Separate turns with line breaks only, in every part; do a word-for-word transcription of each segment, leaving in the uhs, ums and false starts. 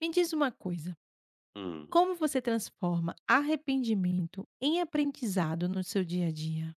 Me diz uma coisa,
Hum.
como você transforma arrependimento em aprendizado no seu dia a dia?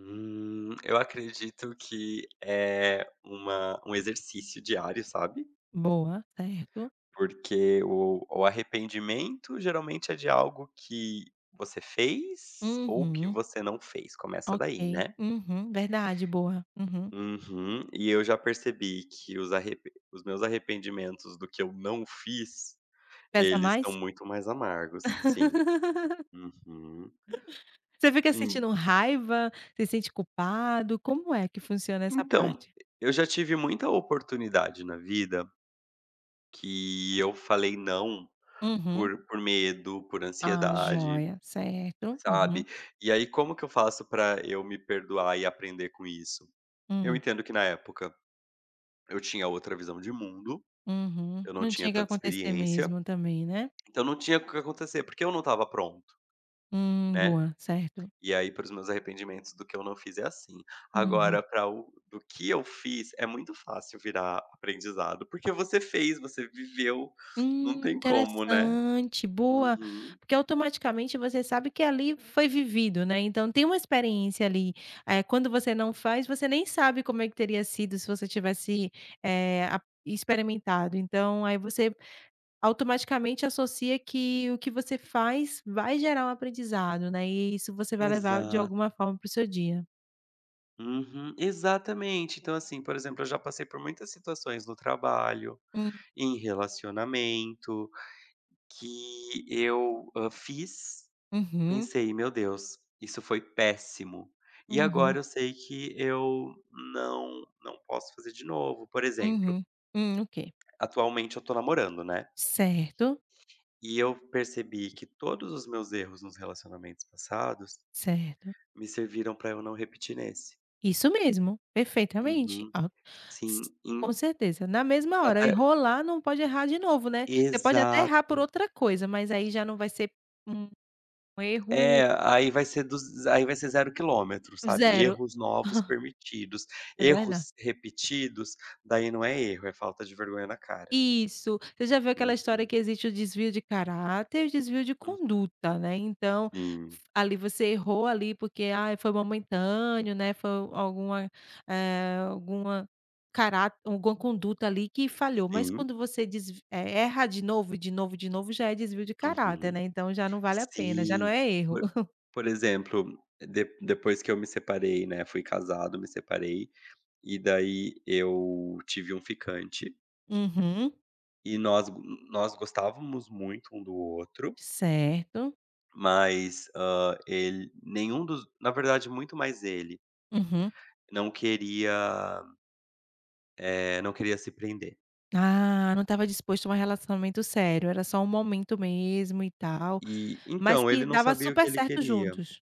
Hum, eu acredito que é uma um exercício diário, sabe,
Boa, certo.
porque o o arrependimento geralmente é de algo que você fez ou que
Uhum,
você não fez, começa daí,
ok.
né.
Uhum, verdade, boa. Uhum.
Uhum. E eu já percebi que os arrepe os meus arrependimentos do que eu não fiz,
Pesa
eles são
mais?
muito mais amargos, sim. Uhum.
Você fica
En
sentindo raiva? Você se sente culpado? Como é que funciona essa
então,
parte?
eu já tive muita oportunidade na vida que eu falei não
Uhum.
por por medo, por
Ah,
ansiedade,
joia, certo. Uhum,
sabe. E aí como que eu faço pra eu me perdoar e aprender com isso? Eu
hum,
entendo que na época eu tinha outra visão de mundo,
uhum.
eu não
Não
tinha
tinha que
tanta
acontecer
experiência,
mesmo também, né?
então não tinha o que acontecer, porque eu não estava pronto,
Hum,
né.
boa, certo.
E aí para os meus arrependimentos do que eu não fiz é assim.
Uhum.
Agora para o do que eu fiz, é muito fácil virar aprendizado, porque você fez, você viveu, não
Hum,
tem como, né.
interessante, boa,
Uhum.
porque automaticamente você sabe que ali foi vivido, né, então tem uma experiência ali. Eh, quando você não faz, você nem sabe como é que teria sido se você tivesse, eh, a experimentado, então aí você automaticamente associa que o que você faz vai gerar um aprendizado, né, e isso você vai levar de alguma
Exato.
forma para o seu dia.
Uhum, exatamente. Então, assim, por exemplo, eu já passei por muitas situações no trabalho,
Hum,
em relacionamento, que eu, hã, fiz,
uhum,
pensei: "Meu Deus, isso foi péssimo". E
uhum,
agora eu sei que eu não não posso fazer de novo. Por exemplo,
uhum, hum, ok.
atualmente eu tô namorando, né,
Certo,
e eu percebi que todos os meus erros nos relacionamentos passados
certo.
me serviram pra eu não repetir nesse.
Isso mesmo, perfeitamente.
Uhum.
Ah, s
Sim, em
com certeza. Na mesma hora,
até
enrolar não pode errar de novo, né. Você pode até errar por outra coisa, mas aí já não vai ser um erro
É, aí vai ser dos aí vai ser zero quilômetro, sabe.
zero,
Erros novos permitidos,
É verda
erros repetidos, daí não é erro, é falta de vergonha na cara.
Isso. Você já viu aquela história
Uhum.
que existe o desvio de caráter e o desvio de
Hum,
conduta, né, então, f
sim,
ali você errou ali porque, ah, foi momentâneo, né, foi alguma, eh, alguma cará alguma conduta ali que falhou, mas
sim.
quando você desv eh, erra de novo, de novo, de novo, já é desvio de caráter,
Uhum.
né, então já não vale a pena, já não
Sim.
é erro.
Por por exemplo, de depois que eu me separei, né, fui casado, me separei, e daí eu tive um ficante,
Uhum.
e nós nós gostávamos muito um do outro,
Certo.
mas, hã, ele nenhum dos na verdade muito mais ele,
Uhum.
Não queria, eh, não queria se prender.
Ah, não estava disposto a um relacionamento sério, era só um momento mesmo e tal.
E
Mas
então,
que
ele não
dava
sabia o que
super
ele
certo
queria.
juntos.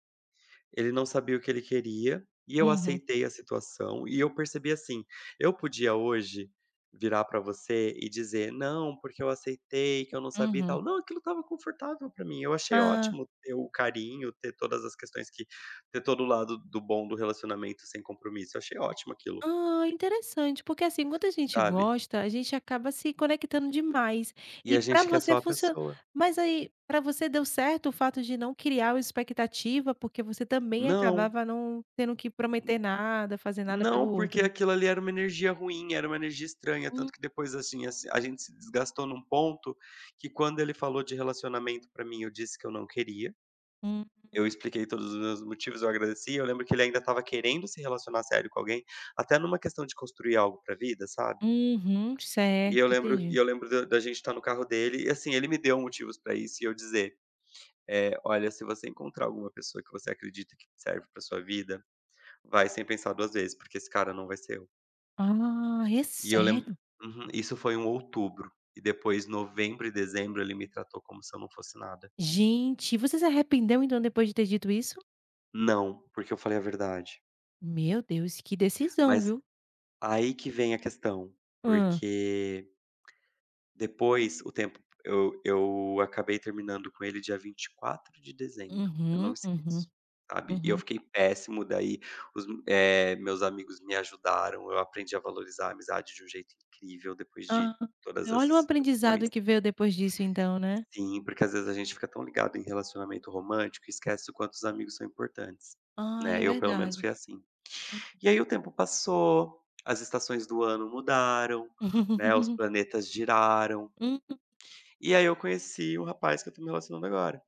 Ele não sabia o que ele queria, e eu
Uhum,
aceitei a situação, e eu percebi assim, eu podia hoje virar pra você e dizer: "Não, porque eu aceitei, que eu não sabia e
uhum.
tal". Não, aquilo estava confortável pra mim, eu achei
Ah,
ótimo ter o carinho, ter todas as questões que ter todo o lado do bom do relacionamento sem compromisso, eu achei ótimo aquilo,
ah, interessante, porque, assim, quando a gente
sabe.
gosta, a gente acaba se conectando demais.
E
E
a
pra
gente quer
você
só a
funcio
pessoa.
Mas aí, pra você deu certo o fato de não criar uma expectativa, porque você também
Não.
acabava não tendo que prometer nada, fazer nada pelo
Não,
outro?
porque aquilo ali era uma energia ruim, era uma energia estranha, tanto
Hum,
que depois, assim, assi a gente se desgastou num ponto que quando ele falou de relacionamento pra mim, eu disse que eu não queria,
hum,
eu expliquei todos os meus motivos, eu agradeci, eu lembro que ele ainda estava querendo se relacionar sério com alguém, até numa questão de construir algo pra vida, sabe.
uhum,
E
certo,
eu lembro e
entendi.
eu lembro da da gente estar no carro dele e, assim, ele me deu motivos pra isso e eu dizer, eh: "Olha, se você encontrar alguma pessoa que você acredita que serve pra sua vida, vai sem pensar duas vezes, porque esse cara não vai ser".
Ah, é
E eu lembro,
sério?
uhum, isso foi um outubro, e depois novembro e dezembro ele me tratou como se eu não fosse nada.
Gente, você se arrependeu então depois de ter dito isso?
Não, porque eu falei a verdade.
Meu Deus, que decisão,
Mas
viu?
aí que vem a questão,
Hã.
porque depois o tempo eu eu acabei terminando com ele dia vinte e quatro de dezembro, eu não
Uhum, uhum,
esqueço, sabe. E eu
uhum.
fiquei péssimo, daí os eh, meus amigos me ajudaram, eu aprendi a valorizar a amizade de um jeito incrível depois de
Ah,
todas
olha o
essas
aprendizado
situações.
que veio depois disso então, né.
Sim, porque às vezes a gente fica tão ligado em relacionamento romântico e esquece o quanto os amigos são importantes,
Ai,
né,
é
eu pelo menos
verdade.
fui assim. E aí o tempo passou, as estações do ano mudaram, né, os planetas giraram,
Hum.
e aí eu conheci o rapaz que eu tô me relacionando agora.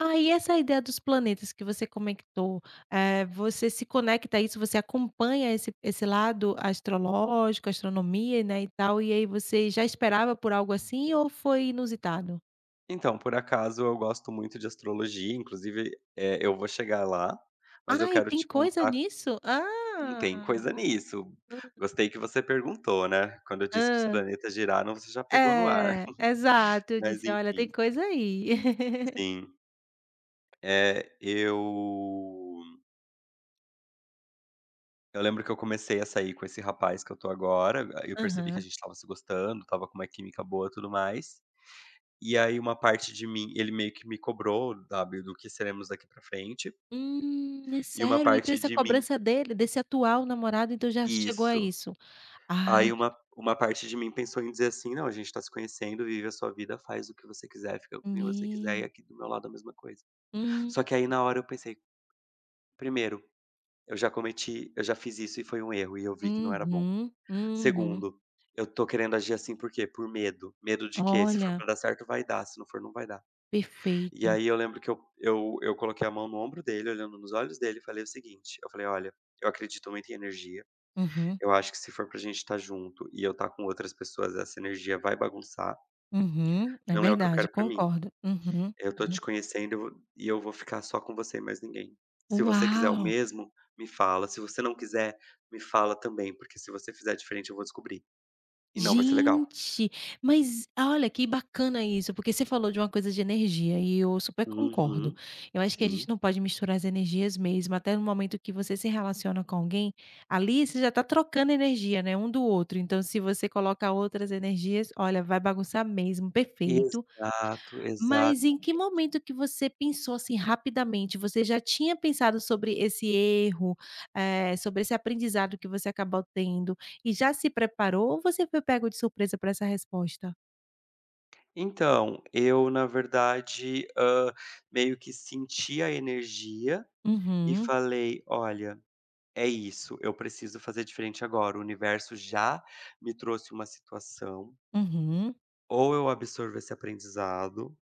Ah, e essa ideia dos planetas que você comentou, eh, você se conecta a isso, você acompanha esse esse lado astrológico, astronomia, né, e tal, e aí você já esperava por algo assim ou foi inusitado?
Então, por acaso eu gosto muito de astrologia, inclusive, eh, eu vou chegar lá, mas eu
Ai,
quero
tem
te
coisa
contar.
nisso?
Hum,
Ah,
tem coisa nisso. Gostei que você perguntou, né, quando eu disse que os
hã.
planetas giraram, você já pegou no ar.
É, exato, eu
Mas
disse: "Olha, tem
enfim,
coisa aí".
sim. É, eu eu lembro que eu comecei a sair com esse rapaz que eu tô agora. Ah, eu percebi que a
Aham.
gente estava se gostando, estava com uma química boa, e tudo mais. E aí uma parte de mim ele meio que me cobrou, sabe, do que seremos daqui pra frente,
Hum, é
e uma
sério? E
parte
dessa
de mim
cobrança dele, desse atual namorado, então já chegou a
isso.
isso? Ah,
Aí uma uma parte de mim pensou em dizer assim: "Não, a gente tá se conhecendo, vive a sua vida, faz o que você quiser, fica com quem você
me
quiser, e aqui do meu lado a mesma coisa".
hum,
Só que aí na hora eu pensei: "Primeiro, eu já cometi eu já fiz isso e foi um erro, e eu vi que não era bom".
uhum, uhum.
Segundo, eu tô querendo agir assim por quê? Por medo. Medo de quê? Se for
Olha,
pra dar certo, vai dar, se não for, não vai dar. E
perfeito.
aí eu lembro que eu eu eu coloquei a mão no ombro dele, olhando nos olhos dele e falei o seguinte, eu falei: "Olha, eu acredito muito em energia,
Uhum,
eu acho que se for pra gente estar junto e eu estar com outras pessoas, essa energia vai bagunçar,
uhum. É
não é o que eu
verdade,
quero pra mim.
concordo. Uhum,
Eu tô
uhum.
te conhecendo, eu vou e eu vou ficar só com você e mais ninguém. Se você quiser o
Uau!
mesmo, me fala, se você não quiser, me fala também, porque se você fizer diferente eu vou descobrir, e não vai ser legal".
Gente, mas olha que bacana isso, porque você falou de uma coisa de energia e eu super concordo.
Uhum.
Eu acho que a gente
Sim.
não pode misturar as energias mesmo, até no momento que você se relaciona com alguém, ali você já está trocando energia, né, um do outro. Então, se você coloca outras energias, olha, vai bagunçar mesmo, perfeito.
Exato, exato.
Mas em que momento que você pensou, assim, rapidamente? Você já tinha pensado sobre esse erro, eh, sobre esse aprendizado que você acabou tendo e já se preparou ou você foi pego de surpresa para essa resposta?
Então, eu na verdade, hã, meio que senti a energia e
Uhum,
falei: "Olha, é isso, eu preciso fazer diferente agora. O universo já me trouxe uma situação,
uhum,
ou eu absorvo esse aprendizado,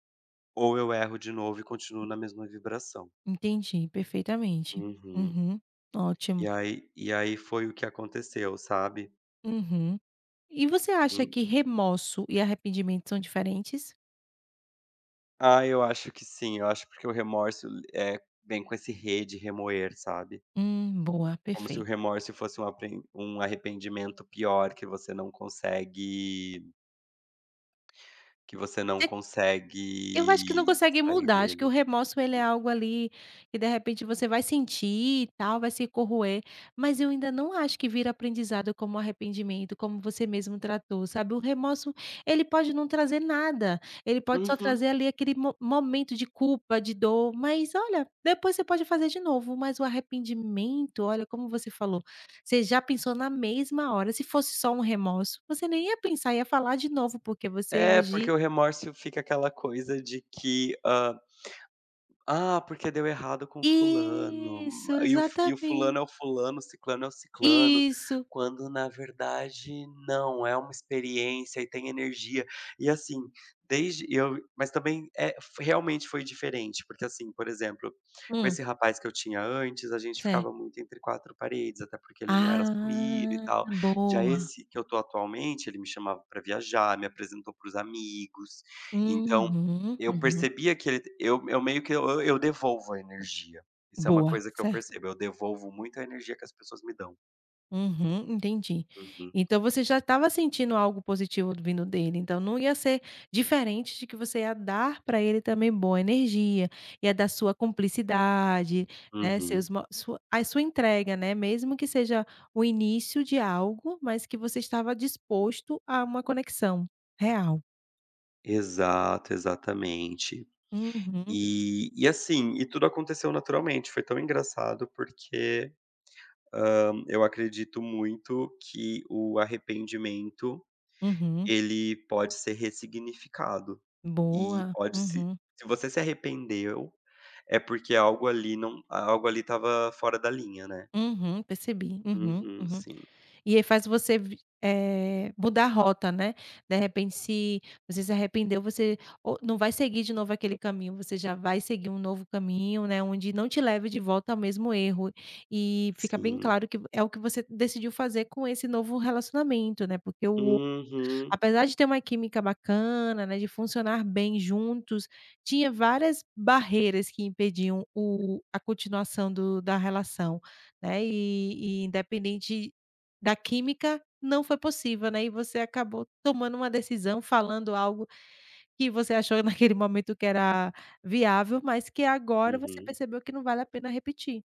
ou eu erro de novo e continuo na mesma vibração".
entendi perfeitamente.
Uhum.
Uhum,
E
ótimo.
aí e aí foi o que aconteceu, sabe.
Uhum. E você acha que remorso e arrependimento são diferentes?
Ah, eu acho que sim. Eu acho porque o remorso, é vem com esse re de remoer, sabe.
Hum, boa,
Como se o
perfeito.
remorso fosse um apren um arrependimento pior que você não consegue que você não
Eu acho que não
consegue
consegue
sair
mudar, acho que o
dele.
remorso ele é
Hum.
algo ali que de repente você vai sentir e tal, vai se corroer, mas eu ainda não acho que vira aprendizado como arrependimento, como você mesmo tratou, sabe. O remorso ele pode não trazer nada, ele pode só
Uhum.
trazer ali aquele mo momento de culpa, de dor, mas olha, depois você pode fazer de novo, mas o arrependimento, olha, como você falou, você já pensou na mesma hora, se fosse só um remorso, você nem ia pensar, ia falar de novo, porque você ia
É,
agir
porque o remorso fica aquela coisa de que: "Ah, porque deu errado com fulano,
Isso,
e o f e o
exatamente.
fulano é o fulano, o ciclano é o ciclano",
Isso.
quando na verdade não, é uma experiência e tem energia. E assim, desde eu mas também é f realmente foi diferente, porque assim, por exemplo, com
Hum,
esse rapaz que eu tinha antes, a gente
certo.
ficava muito entre quatro paredes, até porque ele não era assumido e
Ah,
tal. Já
boa.
esse que eu tô atualmente, ele me chamava pra viajar, me apresentou para os amigos, então
Uhum,
eu
uhum.
percebia que ele eu eu meio que eu eu devolvo a energia. Isso é uma
Boa,
coisa que eu
certo.
percebo, eu devolvo muito a energia que as pessoas me dão.
Uhum, entendi.
Uhum,
Então você já estava sentindo algo positivo vindo dele, então não ia ser diferente de que você ia dar para ele também boa energia, ia dar sua cumplicidade, né, seus
uhum.
mo sua a sua entrega, né, mesmo que seja o início de algo, mas que você estava disposto a uma conexão real.
Exato, exatamente.
Uhum,
E e assim, e tudo aconteceu naturalmente, foi tão engraçado porque, hã, eu acredito muito que o arrependimento,
uhum.
ele pode ser ressignificado e
Boa.
pode se
Uhum,
se você se arrependeu, é porque algo ali não algo ali estava fora da linha, né.
uhum, percebi. Uhum,
Uhum,
uhum.
sim.
E aí faz você vi eh, mudar a rota, né. De repente se você se arrependeu, você ou não vai seguir de novo aquele caminho, você já vai seguir um novo caminho, né, onde não te leve de volta ao mesmo erro. E fica bem
Sim.
claro que é o que você decidiu fazer com esse novo relacionamento, né, porque o
Uhum,
Apesar de ter uma química bacana, né, de funcionar bem juntos, tinha várias barreiras que impediam o a continuação do da relação, né, e e independente da química, não foi possível, né, e você acabou tomando uma decisão, falando algo que você achou naquele momento que era viável, mas que agora você
uhum.
percebeu que não vale a pena repetir.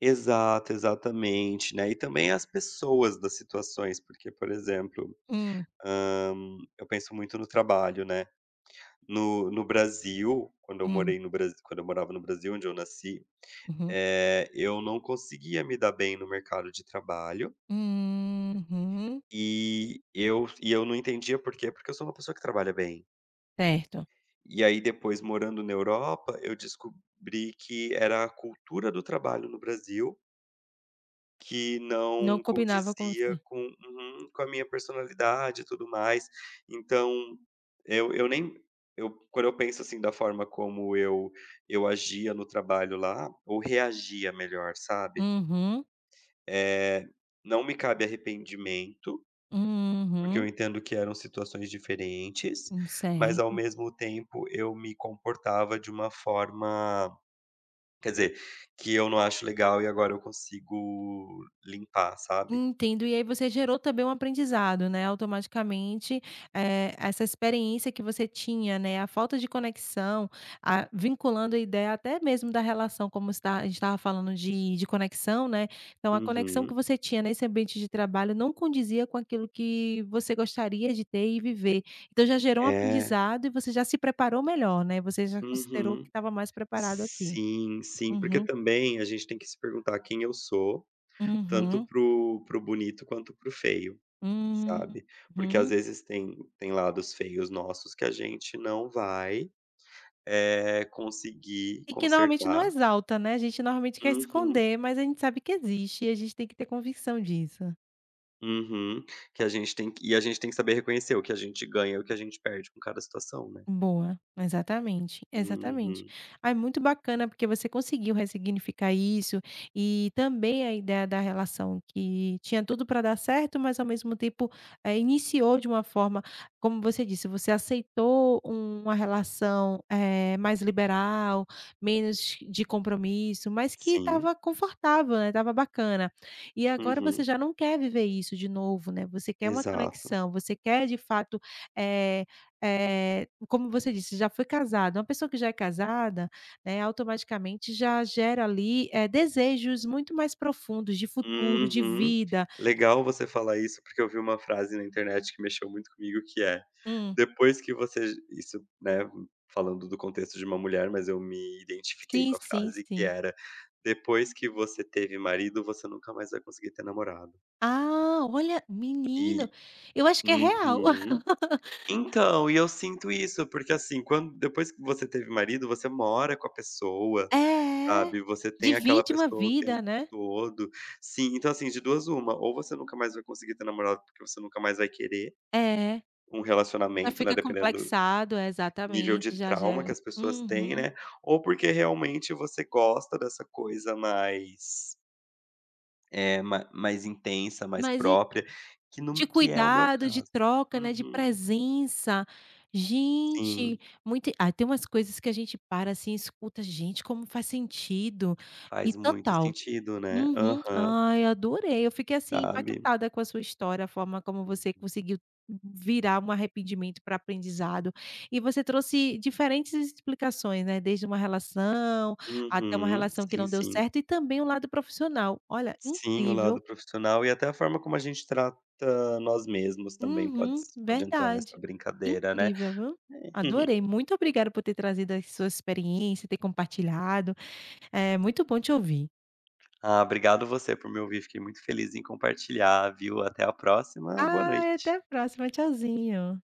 Exato, exatamente, né, e também as pessoas das situações, porque, por exemplo,
Hum,
hã, eu penso muito no trabalho, né. No no Brasil, quando eu
hum,
morei no Brasil quando eu morava no Brasil, onde eu nasci,
uhum.
eh, eu não conseguia me dar bem no mercado de trabalho,
Uhum,
e eu e eu não entendia por quê, porque eu sou uma pessoa que trabalha bem.
certo.
E aí depois morando na Europa, eu descobri que era a cultura do trabalho no Brasil que
Não
não
combinava com
condizia
você.
com, uhum, com a minha personalidade e tudo mais. Então, eu eu nem eu quando eu penso, assim, da forma como eu eu agia no trabalho lá, ou reagia melhor, sabe,
Uhum.
é não me cabe arrependimento, porque eu
Uhum,
entendo que eram situações diferentes,
hum,
mas ao
certo.
mesmo tempo eu me comportava de uma forma, quer dizer, que eu não acho legal e agora eu consigo limpar, sabe.
Entendo. E aí você gerou também um aprendizado, né, automaticamente, eh, essa experiência que você tinha, né, a falta de conexão, a vinculando a ideia até mesmo da relação, como está a gente estava falando de de conexão, né, então a conexão que
Uhum.
você tinha nesse ambiente de trabalho não condizia com aquilo que você gostaria de ter e viver. Então já gerou um
É.
aprendizado e você já se preparou melhor, né, você já considerou que
Uhum.
estava mais preparado aqui.
Sim, sim, porque
Uhum,
também a gente tem que se perguntar quem eu sou, tanto
uhum.
pro pro bonito quanto pro feio,
Hum.
sabe. Porque às
Uhum.
vezes tem tem lados feios nossos que a gente não vai, é conseguir
E que normalmente não
consertar.
exalta, né, a gente normalmente quer
Uhum,
esconder, mas a gente sabe que existe e a gente tem que ter convicção disso.
uhum. Que a gente tem que e a gente tem que saber reconhecer o que a gente ganha e o que a gente perde com cada situação, né.
Boa, exatamente, exatamente.
Uhum.
Ai, muito bacana porque você conseguiu ressignificar isso e também a ideia da relação que tinha tudo para dar certo, mas ao mesmo tempo, eh, iniciou de uma forma, como você disse, você aceitou um, uma relação, eh, mais liberal, menos de compromisso, mas que
Sim.
estava confortável, né, estava bacana. E agora você
Uhum.
já não quer viver isso de novo, né, você quer uma
Exato.
conexão, você quer de fato, eh eh, como você disse, já foi casado, uma pessoa que já é casada, né, automaticamente já gera ali, eh, desejos muito mais profundos de futuro, de
Uhum.
vida.
Legal você falar isso, porque eu vi uma frase na internet que mexeu muito comigo, que é:
Hum.
"Depois que você", isso, né, falando do contexto de uma mulher, mas eu me identifiquei
Sim,
com a
sim,
frase que
sim.
era: "Depois que você teve marido, você nunca mais vai conseguir ter namorado".
Ah, olha, menino,
E
eu acho que é real.
Uhum. Então, e eu sinto isso, porque, assim, quando depois que você teve marido, você mora com a pessoa,
É,
sabe, você tem aquela
divide uma
pessoa o tempo
vida, né.
todo. Sim, então assim, de duas uma, ou você nunca mais vai conseguir ter namorado, porque você nunca mais vai querer
É,
um
já
relacionamento, né,
fica
dependendo do
complexado, é,
nível de
exatamente, já
trauma que
gera.
as pessoas têm,
Uhum.
né, ou porque realmente você gosta dessa coisa mais, é ma mais intensa, mais
Mas
própria, que
De
no que é o meu
cuidado, de
caso.
troca, né, de
Uhum.
presença. Gente,
Sim,
muito ah, tem umas coisas que a gente para, assim, e escuta: "Gente, como faz sentido". E
faz muito
total.
sentido, né.
Uhum.
Aham,
Ai, adorei. Eu fiquei, assim,
sabe.
impactada com a sua história, a forma como você
Uhum.
conseguiu virar um arrependimento para aprendizado. E você trouxe diferentes explicações, né, desde uma relação, até uma
Uhum,
relação que
sim,
não deu
sim.
certo e também o lado profissional. Olha,
Sim, o
incrível.
lado profissional e até a forma como a gente trata nós mesmos também pode
Uhum,
s pode entrar nessa
verdade. Que
brincadeira, né.
incrível, viu. Adorei, muito obrigada por ter trazido a sua experiência ter compartilhado, é muito bom te ouvir.
Ah, obrigado você por me ouvir, fiquei muito feliz em compartilhar, viu. Até a próxima, boa
Ah,
noite.
até a próxima, tchauzinho.